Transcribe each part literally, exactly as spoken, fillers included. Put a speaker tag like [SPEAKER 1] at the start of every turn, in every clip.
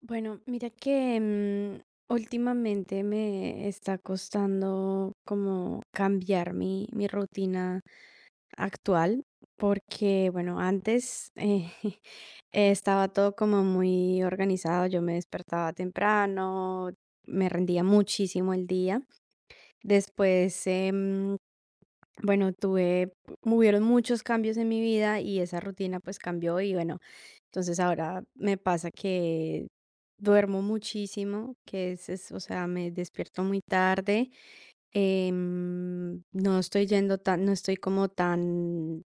[SPEAKER 1] Bueno, mira que mm, últimamente me está costando como cambiar mi, mi rutina actual, porque bueno, antes eh, eh, estaba todo como muy organizado, yo me despertaba temprano, me rendía muchísimo el día. Después, em, bueno, tuve, hubieron muchos cambios en mi vida y esa rutina pues cambió y bueno, entonces ahora me pasa que duermo muchísimo, que es, es, o sea, me despierto muy tarde, em, no estoy yendo tan, no estoy como tan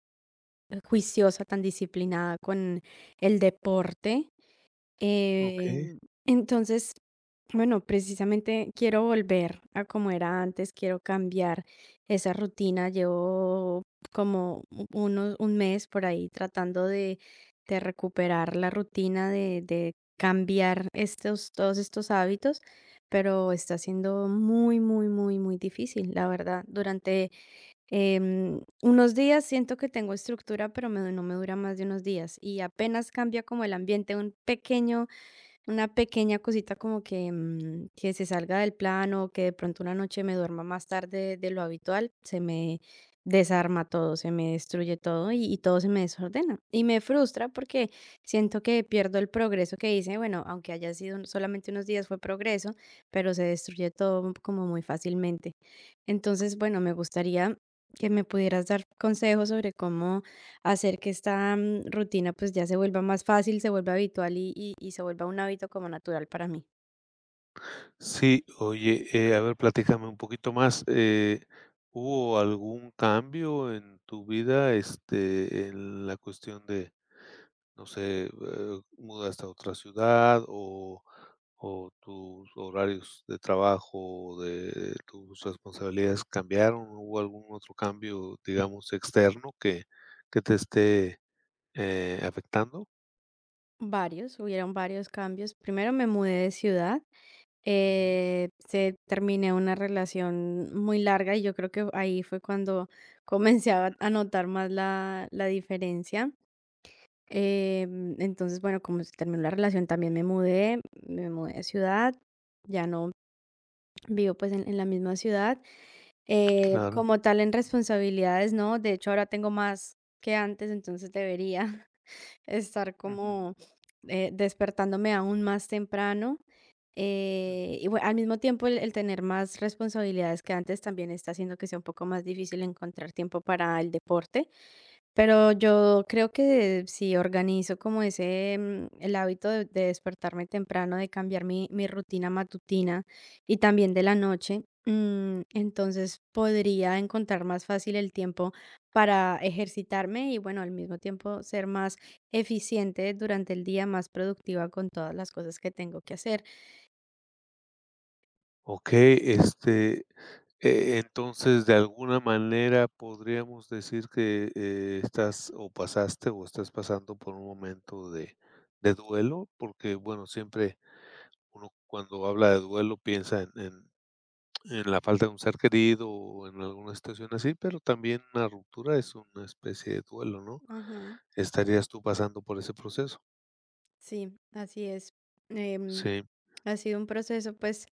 [SPEAKER 1] juiciosa, tan disciplinada con el deporte.
[SPEAKER 2] Okey.
[SPEAKER 1] Em, entonces, bueno, precisamente quiero volver a como era antes, quiero cambiar esa rutina. Llevo como u- unos, un mes por ahí tratando de, de recuperar la rutina, de, de cambiar estos, todos estos hábitos, pero está siendo muy, muy, muy, muy difícil, la verdad. Durante em, unos días siento que tengo estructura, pero me- no me dura más de unos días y apenas cambia como el ambiente, un pequeño una pequeña cosita como que, mm, que se salga del plano, que de pronto una noche me duerma más tarde de lo habitual, se me desarma todo, se me destruye todo y, y todo se me desordena. Y me frustra porque siento que pierdo el progreso que hice. Bueno, aunque haya sido un- solamente unos días, fue progreso, pero se destruye todo como muy fácilmente. Entonces, bueno, me gustaría que me pudieras dar consejos sobre cómo hacer que esta mm, rutina pues ya se vuelva más fácil, se vuelva habitual y, y- y se vuelva un hábito como natural para mí.
[SPEAKER 2] Sí, oye, eh, a ver, platícame un poquito más, eh, ¿hubo algún cambio en tu vida, este, en la cuestión de, no sé, eh, mudaste a otra ciudad o o tus horarios de trabajo, de tus responsabilidades cambiaron? ¿Hubo algún otro cambio, digamos, externo que que te esté, eh, afectando?
[SPEAKER 1] Varios, hubieron varios cambios. Primero me mudé de ciudad,
[SPEAKER 2] Ujú.
[SPEAKER 1] eh, se terminé una relación muy larga y yo creo que ahí fue cuando comencé a, a notar más la, la diferencia. Eh, mm, entonces, bueno, como se terminó la relación, también me mudé, me mudé de ciudad, ya no vivo pues en en la misma ciudad. Eh,
[SPEAKER 2] Claro.
[SPEAKER 1] como tal en responsabilidades, no. De hecho, ahora tengo más que antes, entonces debería estar
[SPEAKER 2] Ujú,
[SPEAKER 1] como eh, despertándome aún más temprano.
[SPEAKER 2] mm.
[SPEAKER 1] Eh, y bueno, al mismo tiempo, el, el tener más responsabilidades que antes también está haciendo que sea un poco más difícil encontrar tiempo para el deporte. Pero yo creo que si organizo como ese, mm, el hábito de, de despertarme temprano, de cambiar mi, mi rutina matutina y también de la noche, mm, entonces podría encontrar más fácil el tiempo para ejercitarme y bueno, al mismo tiempo ser más eficiente durante el día, más productiva con todas las cosas que tengo que hacer.
[SPEAKER 2] Okey, este. Eh, entonces, de alguna manera podríamos decir que, eh, estás o pasaste o estás pasando por un momento de de duelo, porque, bueno, siempre uno cuando habla de duelo piensa en en en la falta de un ser querido o en alguna situación así, pero también una ruptura es una especie de duelo, ¿no?
[SPEAKER 1] Ajá.
[SPEAKER 2] ¿Estarías tú pasando por ese proceso?
[SPEAKER 1] Sí, así es. Em,
[SPEAKER 2] Sí.
[SPEAKER 1] Ha sido un proceso pues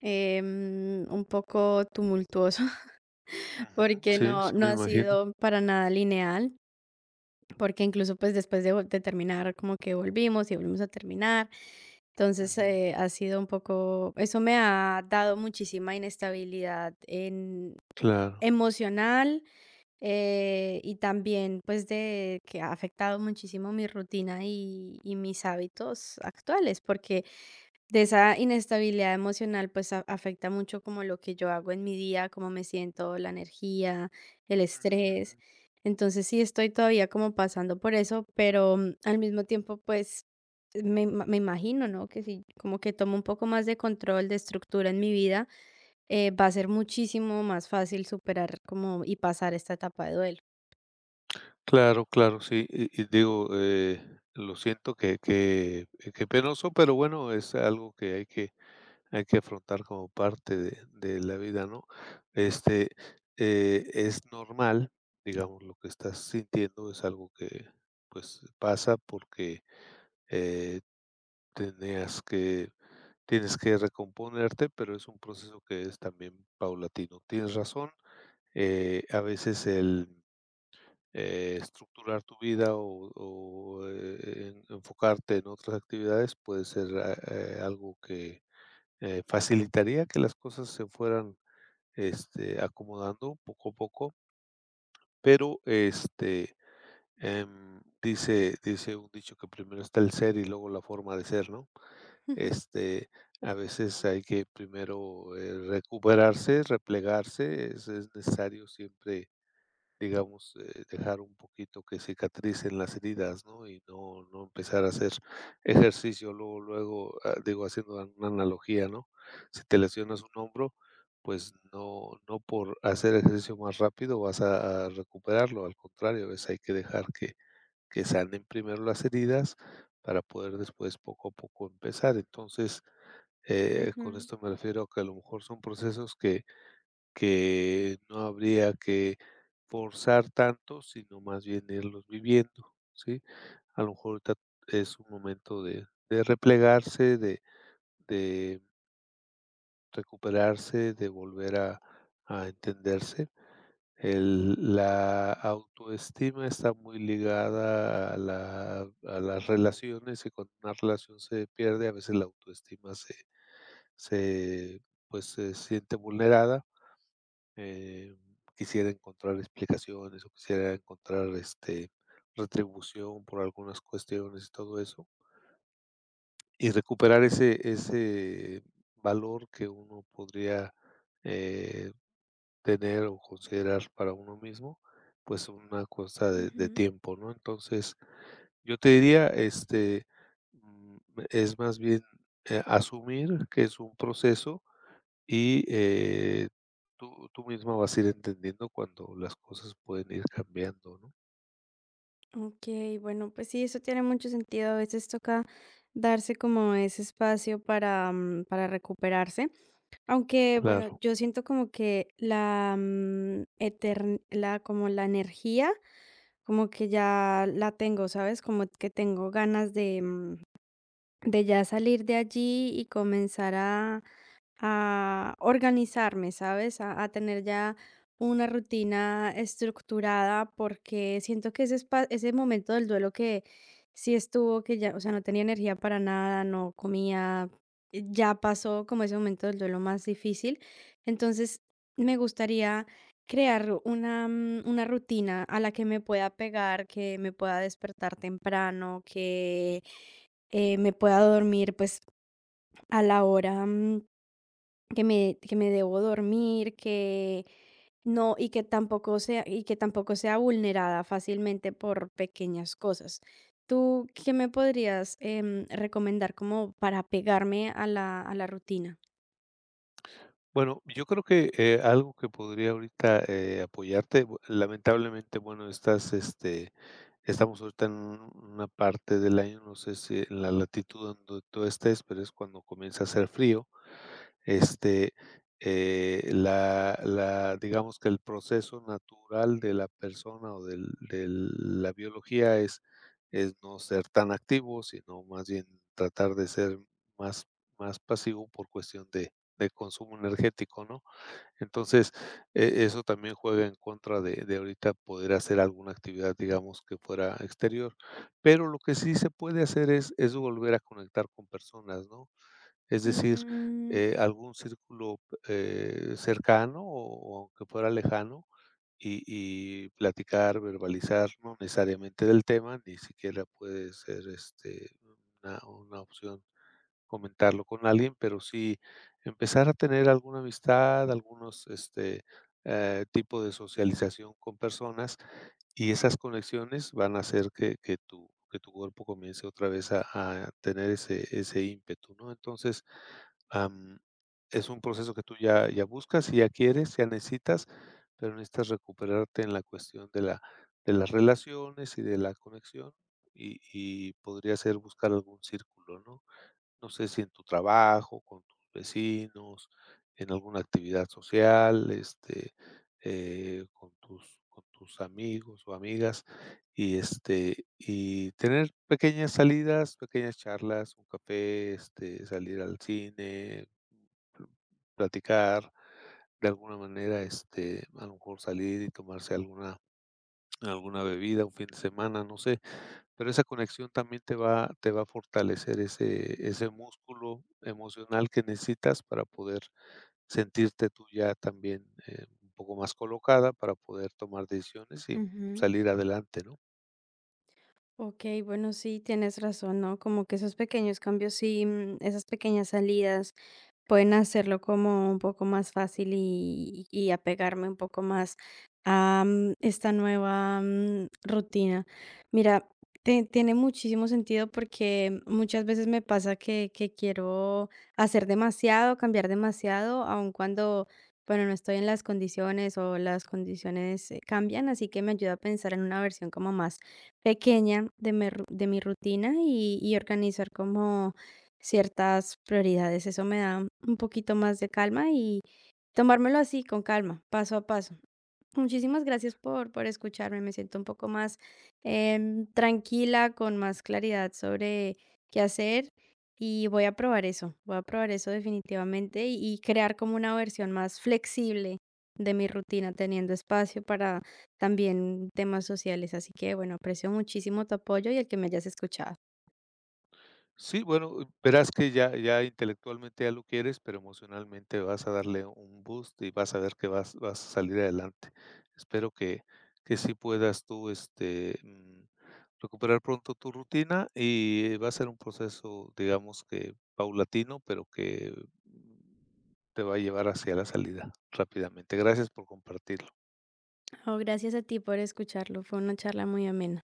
[SPEAKER 1] em, un poco tumultuoso.
[SPEAKER 2] Ujú.
[SPEAKER 1] Porque
[SPEAKER 2] Sí,
[SPEAKER 1] no
[SPEAKER 2] sí,
[SPEAKER 1] no
[SPEAKER 2] me
[SPEAKER 1] ha
[SPEAKER 2] imagino.
[SPEAKER 1] sido para nada lineal, porque
[SPEAKER 2] Ujú,
[SPEAKER 1] incluso, pues, después de vol de terminar, como que volvimos y volvimos a terminar. Entonces,
[SPEAKER 2] ujú.
[SPEAKER 1] eh, ha sido un poco, eso me ha dado muchísima inestabilidad en
[SPEAKER 2] Claro.
[SPEAKER 1] emocional, eh, y también, pues, de que ha afectado muchísimo mi rutina y y mis hábitos actuales, porque de esa inestabilidad emocional, pues, a afecta mucho como lo que yo hago en mi día, cómo me siento, la energía, el estrés. Entonces, sí estoy todavía como pasando por eso, pero, mm, al mismo tiempo, pues, me ima me imagino, ¿no? Que si como que tomo un poco más de control, de estructura en mi vida, eh, va a ser muchísimo más fácil superar como y pasar esta etapa de duelo.
[SPEAKER 2] Claro, claro, sí, y y digo, eh, lo siento que que que penoso, pero bueno, es algo que hay que hay que afrontar como parte de de la vida, ¿no? Este, eh, es normal, digamos, lo que estás sintiendo es algo que, pues, pasa porque, eh, tenías que tienes que recomponerte, pero es un proceso que es también paulatino. Tienes razón, eh, a veces el eh, estructurar tu vida o o, eh, en enfocarte en otras actividades puede ser, ah, eh, algo que, eh, facilitaría que las cosas se fueran, este, acomodando poco a poco, pero, este, em, dice dice un dicho que primero está el ser y luego la forma de ser, ¿no? Este, a veces hay que primero, eh, recuperarse, replegarse, es es necesario siempre digamos, eh, dejar un poquito que cicatricen las heridas, ¿no? Y no, no empezar a hacer ejercicio luego, luego, ah, digo, haciendo an- una analogía, ¿no? Si te lesionas un hombro, pues no, no por hacer ejercicio más rápido vas a, a recuperarlo, al contrario, es, hay que dejar que, que sanen primero las heridas para poder después poco a poco empezar. Entonces, eh, con
[SPEAKER 1] Ujú,
[SPEAKER 2] esto me refiero a que a lo mejor son procesos que que no habría que forzar tanto, sino más bien irlos viviendo, ¿sí? A lo mejor ahorita es un momento de de replegarse, de de recuperarse, de volver a a entenderse. El la autoestima está muy ligada a la a las relaciones, y cuando una relación se pierde, a veces la autoestima se se, pues, se siente vulnerada. eh, quisiera encontrar explicaciones o quisiera encontrar este retribución por algunas cuestiones y todo eso. Y recuperar ese, ese valor que uno podría eh, tener o considerar para uno mismo, pues una cosa de, de
[SPEAKER 1] ujú.
[SPEAKER 2] tiempo, ¿no? Entonces, yo te diría, este, mm, es más bien eh, asumir que es un proceso y, eh, tú tú misma vas a ir entendiendo cuando las cosas pueden ir cambiando, ¿no?
[SPEAKER 1] Okey, bueno, pues sí, eso tiene mucho sentido. A veces toca darse como ese espacio para, mm, para recuperarse, aunque, bueno,
[SPEAKER 2] Claro.
[SPEAKER 1] yo siento como que la, mm, etern la como la energía, como que ya la tengo, ¿sabes? Como que tengo ganas de, mm, de ya salir de allí y comenzar a a organizarme, ¿sabes? A, a tener ya una rutina estructurada porque siento que ese, espa- ese momento del duelo que sí estuvo, que ya, o sea, no tenía energía para nada, no comía, eh, ya pasó como ese momento del duelo más difícil. Entonces, me gustaría crear una, mm, una rutina a la que me pueda pegar, que me pueda despertar temprano, que eh, me pueda dormir pues a la hora mm, que me que me debo dormir, que no y que tampoco sea y que tampoco sea vulnerada fácilmente por pequeñas cosas. ¿Tú qué me podrías, em, recomendar como para pegarme a la a la rutina?
[SPEAKER 2] Bueno, yo creo que, eh, algo que podría ahorita, eh, apoyarte, bu lamentablemente, bueno, estás, este, estamos ahorita en un una parte del año, no sé si en la latitud donde tú estés, pero es cuando comienza a hacer frío. Este, eh, la la digamos que el proceso natural de la persona o del de la biología es es no ser tan activo, sino más bien tratar de ser más más pasivo por cuestión de de consumo energético, ¿no? Entonces, e eso también juega en contra de de ahorita poder hacer alguna actividad, digamos, que fuera exterior. Pero lo que sí se puede hacer es es volver a conectar con personas, ¿no? Es decir,
[SPEAKER 1] Mm,
[SPEAKER 2] eh, algún círculo, eh, cercano o o aunque fuera lejano, y y platicar, verbalizar, no necesariamente del tema, ni siquiera puede ser, este, una una opción comentarlo con alguien, pero sí empezar a tener alguna amistad, algunos, este, eh, tipo de socialización con personas, y esas conexiones van a hacer que que tu que tu cuerpo comience otra vez a a tener ese ese ímpetu, ¿no? Entonces, am, es un proceso que tú ya ya buscas, y ya quieres, ya necesitas, pero necesitas recuperarte en la cuestión de la de las relaciones y de la conexión, y y podría ser buscar algún círculo, ¿no? No sé si en tu trabajo, con tus vecinos, en alguna actividad social, este, eh, con tus, con tus amigos o amigas, y este, y tener pequeñas salidas, pequeñas charlas, un café, este, salir al cine, pl- platicar, de alguna manera, este, a lo mejor salir y tomarse alguna alguna bebida, un fin de semana, no sé, pero esa conexión también te va te va a fortalecer ese ese músculo emocional que necesitas para poder sentirte tú ya también, eh, un poco más colocada para poder tomar decisiones y
[SPEAKER 1] ujú.
[SPEAKER 2] salir adelante, ¿no?
[SPEAKER 1] Okey, bueno, sí, tienes razón, ¿no? Como que esos pequeños cambios, sí, mm, esas pequeñas salidas pueden hacerlo como un poco más fácil y y apegarme un poco más a, mm, esta nueva, mm, rutina. Mira, te tiene muchísimo sentido porque muchas veces me pasa que que quiero hacer demasiado, cambiar demasiado, aun cuando, bueno, no estoy en las condiciones o las condiciones, eh, cambian, así que me ayuda a pensar en una versión como más pequeña de mi ru de mi rutina y y organizar como ciertas prioridades. Eso me da un poquito más de calma y tomármelo así, con calma, paso a paso. Muchísimas gracias por, por escucharme. Me siento un poco más em, tranquila, con más claridad sobre qué hacer y voy a probar eso. Voy a probar eso definitivamente y, y crear como una versión más flexible de mi rutina, teniendo espacio para también temas sociales. Así que bueno, aprecio muchísimo tu apoyo y el que me hayas escuchado.
[SPEAKER 2] Sí, bueno, verás que ya ya intelectualmente ya lo quieres, pero emocionalmente vas a darle un boost y vas a ver que vas vas a salir adelante. Espero que que sí puedas tú, este, mm, recuperar pronto tu rutina y va a ser un proceso, digamos que paulatino, pero que, mm, te va a llevar hacia la salida rápidamente. Gracias por compartirlo.
[SPEAKER 1] Oh, gracias a ti por escucharlo. Fue una charla muy amena.